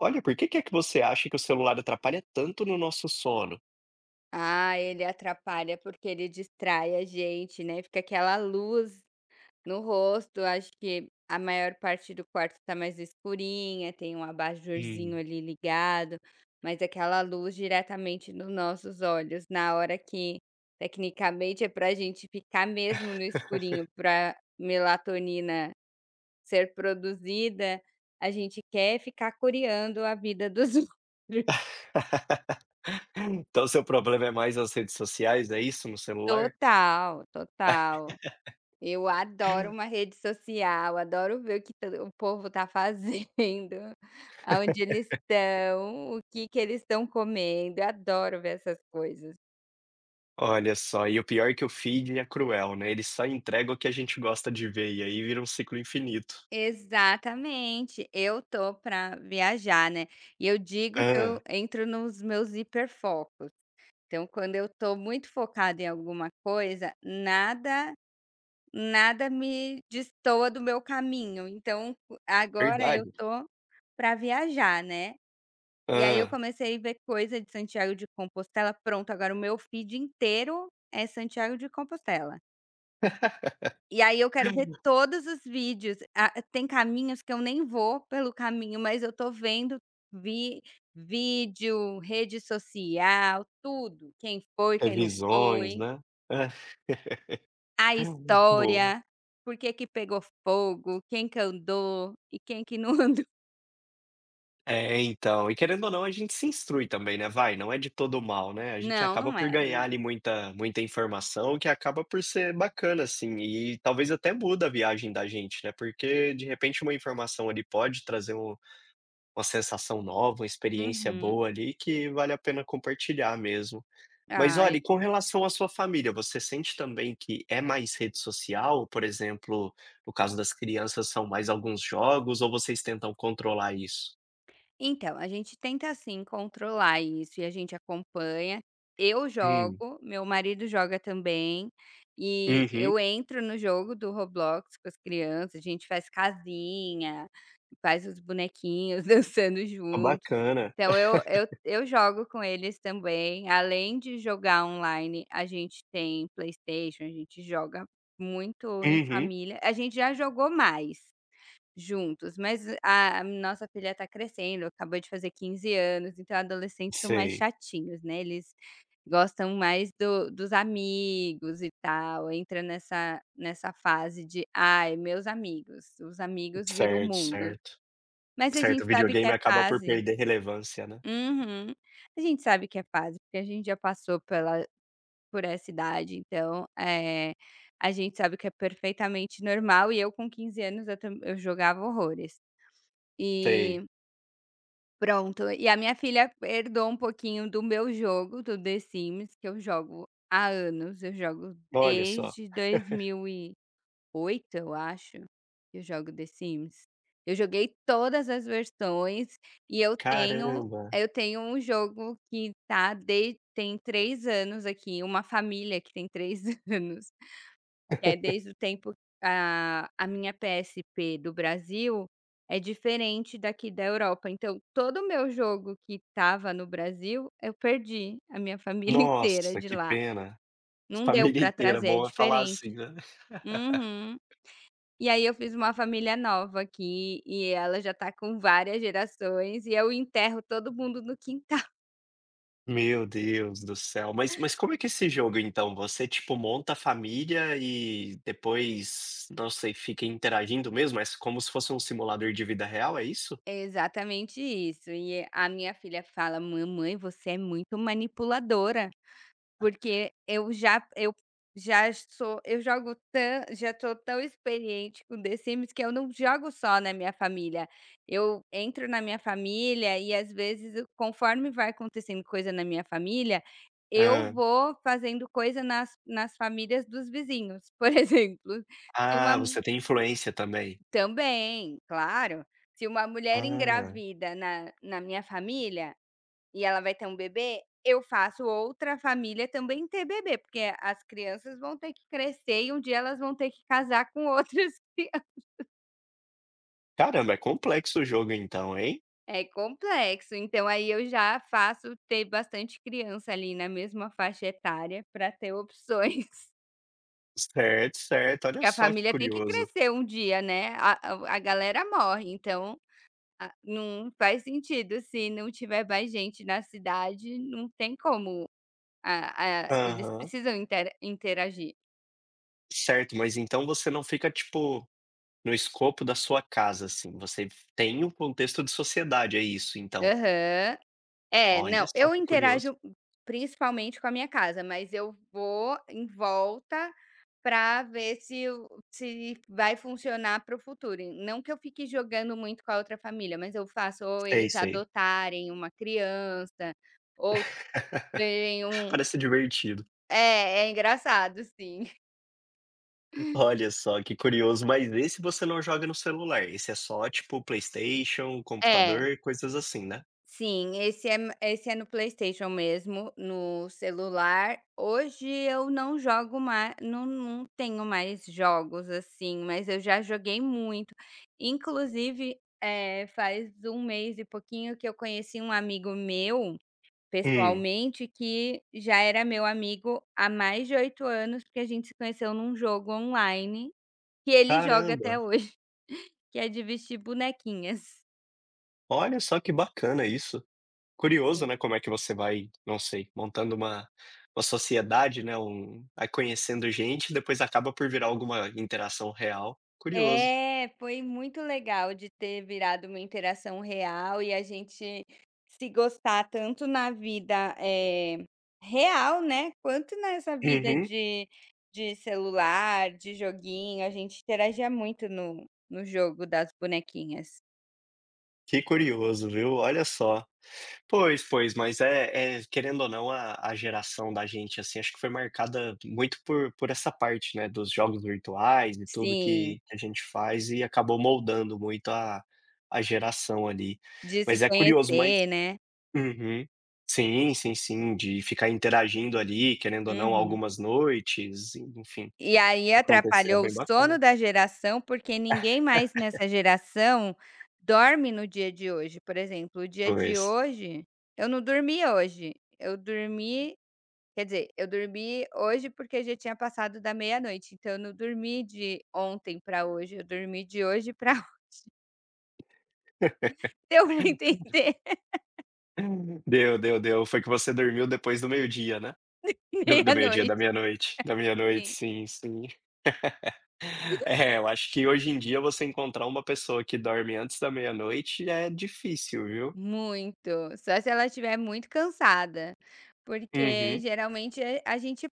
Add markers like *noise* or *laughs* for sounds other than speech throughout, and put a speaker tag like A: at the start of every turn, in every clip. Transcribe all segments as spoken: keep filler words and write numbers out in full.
A: Olha, por que que é que você acha que o celular atrapalha tanto no nosso sono?
B: Ah, ele atrapalha porque ele distrai a gente, né, fica aquela luz no rosto, acho que a maior parte do quarto tá mais escurinha, tem um abajurzinho
A: Hum.
B: ali ligado, mas aquela luz diretamente nos nossos olhos, na hora que tecnicamente é pra gente ficar mesmo no escurinho, pra melatonina ser produzida, a gente quer ficar coreando a vida dos *laughs* outros.
A: *laughs* Então seu problema é mais as redes sociais, é isso, no celular?
B: Total, total. Eu adoro uma
A: *laughs*
B: rede social, adoro ver o que todo o povo tá fazendo, *laughs* aonde eles estão, o que que eles estão comendo, eu adoro ver essas coisas.
A: Olha só, e o pior é que o feed é cruel, né, ele só entrega o que a gente gosta de ver, e aí vira um ciclo infinito.
B: Exatamente, eu tô para viajar, né, e eu digo que
A: Hã,
B: eu entro nos meus hiperfocos, então quando eu tô muito focada em alguma coisa, nada nada me destoa do meu caminho, então agora eu
A: verdade.
B: tô para viajar, né. E aí eu
A: Hã.
B: comecei a ver coisa de Santiago de Compostela, pronto, agora o meu feed inteiro é Santiago de Compostela. E aí eu quero ver todos os vídeos, ah, tem caminhos que eu nem vou pelo caminho, mas eu tô vendo vi vídeo, rede social, tudo, quem foi, quem não
A: Previsões, *laughs*
B: foi,
A: né. Hã. *laughs*
B: a
A: Boa.
B: história, por que que pegou fogo, quem que andou e quem que não *laughs* andou.
A: É, então, e querendo ou não, a gente se instrui também, né, vai, não é de todo mal, né, a gente
B: Não,
A: acaba
B: não
A: por
B: é, não
A: ganhar
B: é.
A: ali muita muita informação que acaba por ser bacana, assim, e talvez até muda a viagem da gente, né, porque de repente uma informação ali pode trazer um uma sensação nova, uma experiência
B: Uhum.
A: boa ali que vale a pena compartilhar mesmo. Mas
B: Ah
A: olha, e com relação à sua família, você sente também que é mais rede social? Por exemplo, no caso das crianças, são mais alguns jogos ou vocês tentam controlar isso?
B: Então, a gente tenta assim controlar isso e a gente acompanha. Eu
A: Hum.
B: jogo, meu marido joga também, e
A: Uhum.
B: eu entro no jogo do Roblox com as crianças, a gente faz casinha, faz os bonequinhos *laughs* dançando
A: Pô,
B: junto.
A: bacana.
B: Então eu, eu, eu jogo com eles também. Além de jogar online, a gente tem PlayStation, a gente joga muito em
A: Uhum.
B: família. A gente já jogou mais. Juntos, mas a a nossa filha está crescendo, acabou de fazer quinze anos, então adolescentes são mais
A: Sei.
B: chatinhos, né, eles gostam mais do dos amigos e tal, entra nessa nessa fase de: "Ai, meus amigos, os amigos viram o
A: Certo,
B: mundo".
A: certo.
B: Mas a
A: Certo,
B: gente
A: o
B: sabe que é
A: videogame acaba por
B: fase.
A: perder relevância, né.
B: Uhum. A gente sabe que é fase, porque a gente já passou pela por essa idade, então, eh, a gente sabe que é perfeitamente normal e eu com quinze anos eu tam eu jogava horrores.
A: Sei.
B: E Pronto, e a minha filha herdou um pouquinho do meu jogo, do The Sims, que eu jogo há anos, eu jogo
A: Olha só.
B: desde dois mil e oito, eu acho, que eu jogo The Sims. Eu joguei todas as versões e eu tenho
A: Caramba.
B: eu tenho um jogo que tá de tem três anos aqui, uma família que tem três *laughs* anos. É, desde o tempo a a minha P S P do Brasil é diferente daqui da Europa, então todo o meu jogo que tava no Brasil, eu perdi, a minha família *laughs* inteira
A: Nossa,
B: de
A: que
B: lá.
A: pena.
B: Não deu
A: Família
B: para
A: inteira,
B: trazer, é
A: bom é falar
B: diferente.
A: assim, né. *laughs*
B: Uhum. E aí eu fiz uma família nova aqui, e ela já tá com várias gerações, e eu enterro todo mundo no quintal. *laughs*
A: Meu Deus do céu. Mas mas como é que é esse jogo então? Você, tipo, monta a família e depois, não sei, fica interagindo mesmo? É como se fosse um simulador de vida real, é isso?
B: É, exatamente isso. E a minha filha fala: "Mamãe, você é muito manipuladora". Porque eu já eu já sou eu jogo tão já tô tão experiente com The Sims que eu não jogo só na minha família. Eu entro na minha família e às vezes eu conforme vai acontecendo coisa na minha família, eu
A: Hã.
B: vou fazendo coisa nas nas famílias dos vizinhos. Por *laughs* exemplo, se uma
A: Ah,
B: mu
A: você tem influência também.
B: também, claro. Se uma mulher
A: Ah.
B: engravida na na minha família e ela vai ter um bebê, eu faço outra família também ter bebê, porque as crianças vão ter que crescer e um dia elas vão ter que casar com outras *laughs* crianças.
A: Caramba, é complexo o jogo então, hein?
B: É complexo, então aí eu já faço ter bastante criança ali na mesma faixa etária para ter opções. *laughs*
A: Certo, certo, olha
B: Porque a
A: só que
B: família tem que
A: curioso.
B: crescer um dia, né? A, a a galera morre, então a- não faz sentido se não tiver mais gente na cidade, não tem como. A- a- eles
A: Aham.
B: precisam inter- interagir.
A: Certo, mas então você não fica, tipo, no escopo da sua casa, assim, você tem um contexto de sociedade, é isso então?
B: Aham. É,
A: Olha
B: não,
A: só
B: eu
A: que curioso.
B: interajo principalmente com a minha casa, mas eu vou em volta para ver se o se vai funcionar para o futuro. E não que eu fique jogando muito com a outra família, mas eu faço ou
A: Sei,
B: eles
A: sei.
B: adotarem uma criança, ou terem
A: *laughs*
B: um,
A: Parece divertido.
B: é, é engraçado sim. *laughs*
A: Olha só que curioso, mas esse você não joga no celular, esse é só, tipo, PlayStation,
B: É.
A: computador, coisas assim, né?
B: Sim, esse é esse é no PlayStation mesmo, no celular. Hoje eu não jogo mais, não não tenho mais jogos, assim, mas eu já joguei muito. Inclusive, eh, faz um mês e pouquinho que eu conheci um amigo meu,
A: Hum,
B: pessoalmente, que já era meu amigo há mais de oito anos, porque a gente se conheceu num jogo online, que ele joga até
A: caramba,
B: hoje, *laughs* que é de vestir bonequinhas.
A: olha só que bacana isso. Curioso, né, como é que você vai, não sei, montando uma uma sociedade, né, um vai conhecendo gente, depois acaba por virar alguma interação real. Curioso.
B: É, foi muito legal de ter virado uma interação real e a gente se gostar tanto na vida, eh, real, né, quanto nessa vida
A: Uhum.
B: de de celular, de joguinho, a gente interagia muito no no jogo das bonequinhas.
A: Que curioso, viu, olha só. Pois, pois, mas é é querendo ou não, a a geração da gente, assim, acho que foi marcada muito por por essa parte, né, dos jogos virtuais e tudo
B: Sim,
A: que que a gente faz e acabou moldando muito a a geração ali.
B: de se
A: Mas é curioso, mas
B: conhecer, né.
A: Uhum. Sim, sim, sim, de ficar interagindo ali, querendo ou não,
B: Uhum.
A: algumas noites, enfim,
B: E aí
A: acontecer é
B: atrapalhou o
A: bem
B: sono
A: bacana.
B: da geração, porque ninguém mais nessa geração dorme no dia de hoje. Por exemplo, o dia de
A: Pois.
B: hoje eu não dormi hoje, eu dormi quer dizer, eu dormi hoje porque já tinha passado da meia-noite, então eu não dormi de ontem para hoje, eu dormi de hoje para *laughs*
A: *laughs*
B: deu pra entender?
A: Deu, deu, deu. Foi que você dormiu depois do meio-dia, né?
B: *laughs*
A: Do do meio-dia, da
B: Meia-noite,
A: meia-noite. Da meia-noite,
B: sim.
A: sim, sim. *laughs* É, eu acho que hoje em dia você encontrar uma pessoa que dorme antes da meia-noite é difícil, viu?
B: Muito, só se ela estiver muito cansada, porque
A: Uhum,
B: geralmente a a gente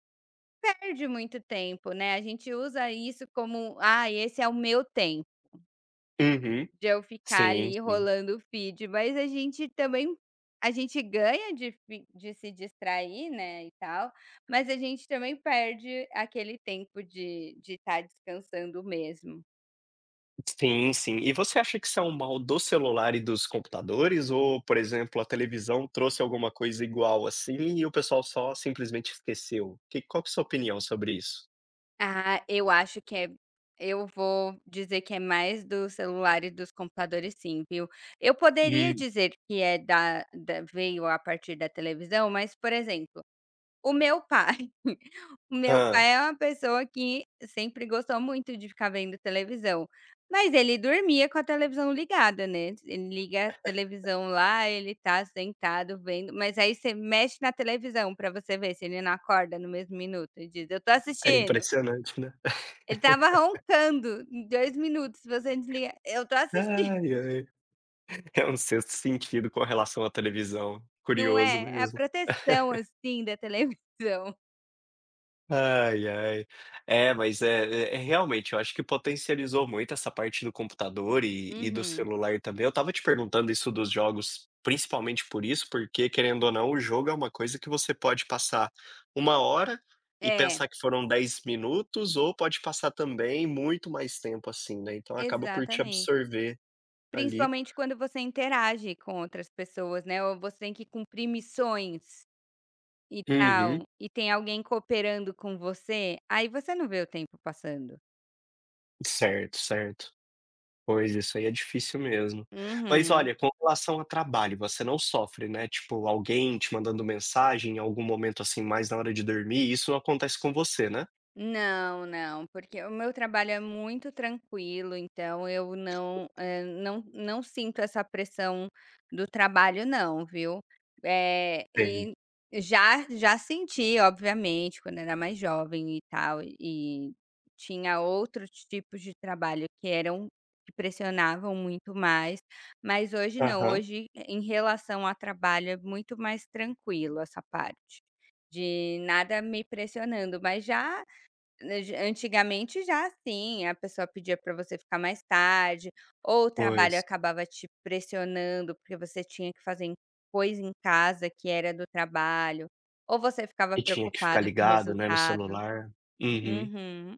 B: perde muito tempo, né, a gente usa isso como: "Ah, esse é o meu tempo
A: uhum.
B: de eu ficar
A: Sim,
B: ali
A: sim.
B: rolando o feed", mas a gente também a gente ganha de fi de se distrair, né, e tal, mas a gente também perde aquele tempo de estar de estar descansando mesmo.
A: Sim, sim. E você acha que isso é um mal do celular e dos computadores ou, por exemplo, a televisão trouxe alguma coisa igual assim e o pessoal só simplesmente esqueceu? Que qual que é a sua opinião sobre isso?
B: Ah, eu acho que é eu vou dizer que é mais do celular e dos computadores sim, viu. Eu poderia
A: Hum.
B: dizer que é da da veio a partir da televisão, mas, por exemplo, o meu pai, *laughs* o meu
A: Hã.
B: pai é uma pessoa que sempre gostou muito de ficar vendo televisão, mas ele dormia com a televisão ligada, né. Ele liga a televisão lá, ele tá sentado vendo, mas aí você mexe na televisão pra você ver se ele não acorda no mesmo minuto e diz: "Eu tô
A: É
B: assistindo".
A: impressionante, né. *laughs*
B: Ele estava roncando em dois minutos, se você desliga: "Eu tô assistindo". *laughs*
A: Ai, ai. É um sexto sentido com relação à televisão.
B: Não
A: Curioso
B: é? É a
A: mesmo.
B: proteção,
A: *laughs*
B: assim, da televisão.
A: Ai, ai. É, mas é é é realmente, eu acho que potencializou muito essa parte do computador e e do
B: Uhum.
A: celular também. Eu estava te perguntando isso dos jogos, principalmente por isso, porque querendo ou não, o jogo é uma coisa que você pode passar uma hora e
B: É,
A: pensar que foram dez minutos, ou pode passar também muito mais tempo assim, né, então acaba por te
B: exatamente.
A: absorver ali.
B: Principalmente quando você interage com outras pessoas, né, ou você tem que cumprir missões e
A: Uhum.
B: tal, e tem alguém cooperando com você, aí você não vê o tempo passando.
A: Certo, certo. Pois, isso aí é difícil mesmo. Mas
B: Uhum.
A: olha, com relação a trabalho, você não sofre, né, tipo, alguém te mandando mensagem em algum momento, assim, mais na hora de dormir, isso não acontece com você, né?
B: Não, não, porque o meu trabalho é muito tranquilo, então eu não, eh, não, não sinto essa pressão do trabalho, não, viu? Eh,
A: Teve.
B: e já, já senti, obviamente, quando era mais jovem e tal, e tinha outros tipos de trabalho que eram que pressionavam muito mais, mas hoje não,
A: Aham,
B: hoje em relação a trabalho é muito mais tranquilo essa parte de nada me pressionando, mas já Nege antigamente já sim, a pessoa pedia para você ficar mais tarde, ou o trabalho
A: pois.
B: acabava te pressionando, porque você tinha que fazer em coisa em casa que era do trabalho, ou você ficava
A: E tinha que ficar
B: preocupada com o
A: ligado, né, no
B: resultado.
A: celular. Uhum.
B: Uhum.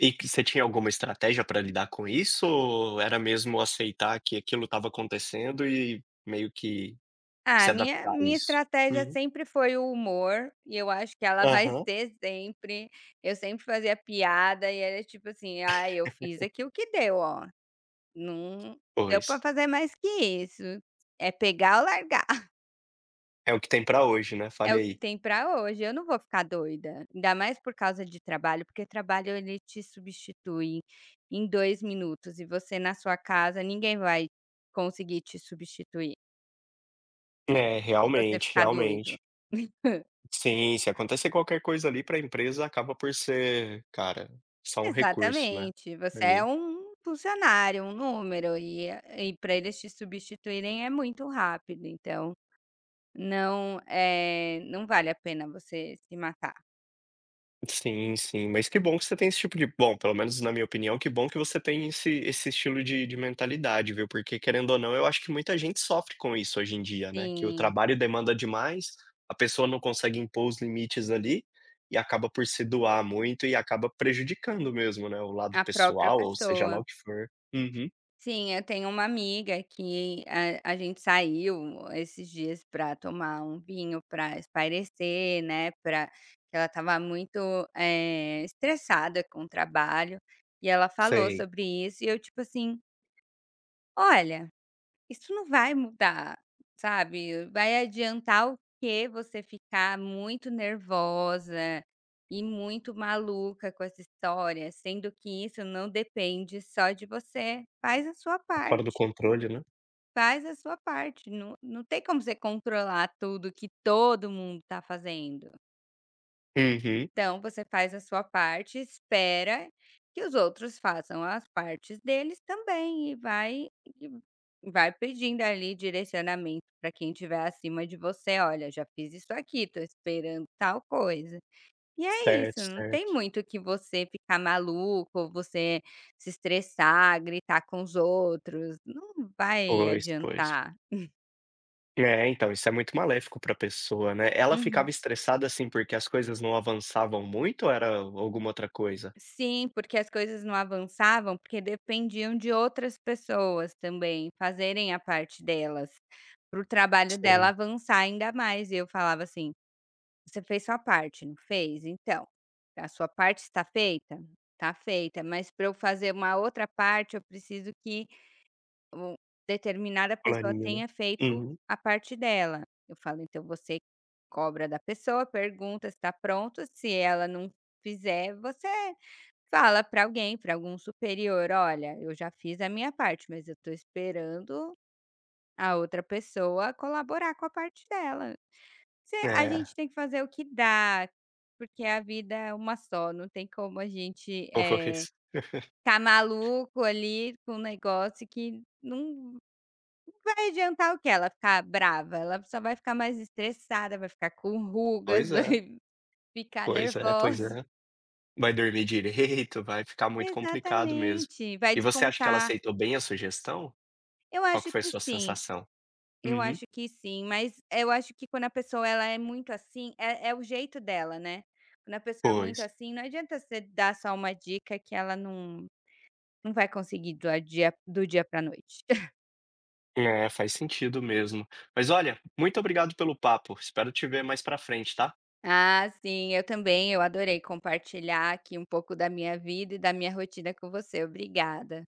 A: E que você tinha alguma estratégia pra lidar com isso ou era mesmo aceitar que aquilo estava acontecendo e meio que se
B: Ah, minha
A: adaptar a
B: minha
A: isso?
B: estratégia
A: Uhum.
B: sempre foi o humor, e eu acho que ela *laughs* vai
A: Aham,
B: ser sempre. Eu sempre fazia piada e era tipo assim: "Ah, eu fiz aqui o que deu, ó, não deu para
A: pois.
B: fazer mais que isso, é pegar ou largar".
A: É o que tem pra hoje, né,
B: É
A: falei
B: o que
A: aí.
B: tem pra hoje, eu não vou ficar doida, ainda mais por causa de trabalho, porque trabalho ele te substitui em dois minutos e você na sua casa ninguém vai conseguir te substituir,
A: É,
B: se você
A: realmente,
B: ficar doido.
A: realmente. Sim, se acontecer qualquer coisa ali para a empresa acaba por ser, cara, só um recurso, né,
B: Exatamente, você é
A: ali.
B: um funcionário, um número e e para eles te substituírem é muito rápido, então não, é não vale a pena você se matar.
A: Sim, sim, mas que bom que você tem esse tipo de bom, pelo menos na minha opinião, que bom que você tem esse esse estilo de de mentalidade, viu, porque querendo ou não, eu acho que muita gente sofre com isso hoje em dia, né, que o
B: Sim,
A: trabalho demanda demais, a pessoa não consegue impor os limites ali, e acaba por se doar muito e acaba prejudicando mesmo, né, o lado
B: a própria
A: pessoal ou seja lá
B: pessoa.
A: o que for. Uhum.
B: Sim, eu tenho uma amiga que a, a gente saiu esses dias para tomar um vinho para espairecer, né? Para que ela estava muito eh, estressada com o trabalho e ela falou
A: Sei,
B: sobre isso e eu tipo assim, olha, isso não vai mudar, sabe? Vai adiantar o que você ficar muito nervosa e muito maluca com essa história, sendo que isso não depende só de você. Faz a sua
A: tá fora do
B: parte.
A: controle, né.
B: Faz a sua parte, não não tem como você controlar tudo que todo mundo está fazendo.
A: Uhum.
B: Então você faz a sua parte, espera que os outros façam as partes deles também e vai e vai pedindo ali direcionamento para quem estiver acima de você: "Olha, já fiz isso aqui, tô esperando tal coisa". E é isso,
A: Certo,
B: não tem
A: certo.
B: muito que você ficar maluco ou você se estressar, gritar com os outros, não vai
A: Pois, pois.
B: adiantar.
A: É, então, isso é muito maléfico para a pessoa, né. Ela ficava
B: Uhum.
A: estressada, assim, porque as coisas não avançavam muito ou era alguma outra coisa?
B: Sim, porque as coisas não avançavam, porque dependiam de outras pessoas também fazerem a parte delas, para o trabalho
A: Sei,
B: dela avançar ainda mais. E eu falava assim: "Você fez sua parte, não fez? Então, a sua parte está feita? Está feita, mas para eu fazer uma outra parte, eu preciso que o determinada pessoa
A: planinho, né.
B: tenha feito
A: Uhum.
B: a parte dela". Eu falo: "Então você cobra da pessoa, pergunta se está pronto, se ela não fizer, você." Fala para alguém, para algum superior: "Olha, eu já fiz a minha parte, mas eu tô esperando a outra pessoa colaborar com a parte dela". Se a
A: É,
B: gente tem que fazer o que dá, porque a vida é uma só, não tem como a gente, eh,
A: pois.
B: ficar maluco ali com um negócio que não vai adiantar o que ela ficar brava, ela só vai ficar mais estressada, vai ficar com rugas,
A: Pois é,
B: *laughs* vai ficar
A: pois é, pois
B: nervosa.
A: é. Vai dormir direito, vai ficar muito complicado mesmo.
B: Exatamente, vai
A: E você acha que ela
B: descontar.
A: aceitou bem a sugestão?
B: Eu
A: Qual
B: acho
A: que foi a
B: que
A: sua
B: sim.
A: sensação?
B: Eu
A: Uhum.
B: acho que sim, mas eu acho que quando a pessoa ela é muito assim, é é o jeito dela, né. Quando a pessoa é muito
A: Pois.
B: assim, não adianta você dar só uma dica que ela não não vai conseguir do dia do dia pra noite. *laughs*
A: É, faz sentido mesmo. Mas olha, muito obrigado pelo papo, espero te ver mais pra frente, tá.
B: Ah, sim, eu também, eu adorei compartilhar aqui um pouco da minha vida e da minha rotina com você. Obrigada.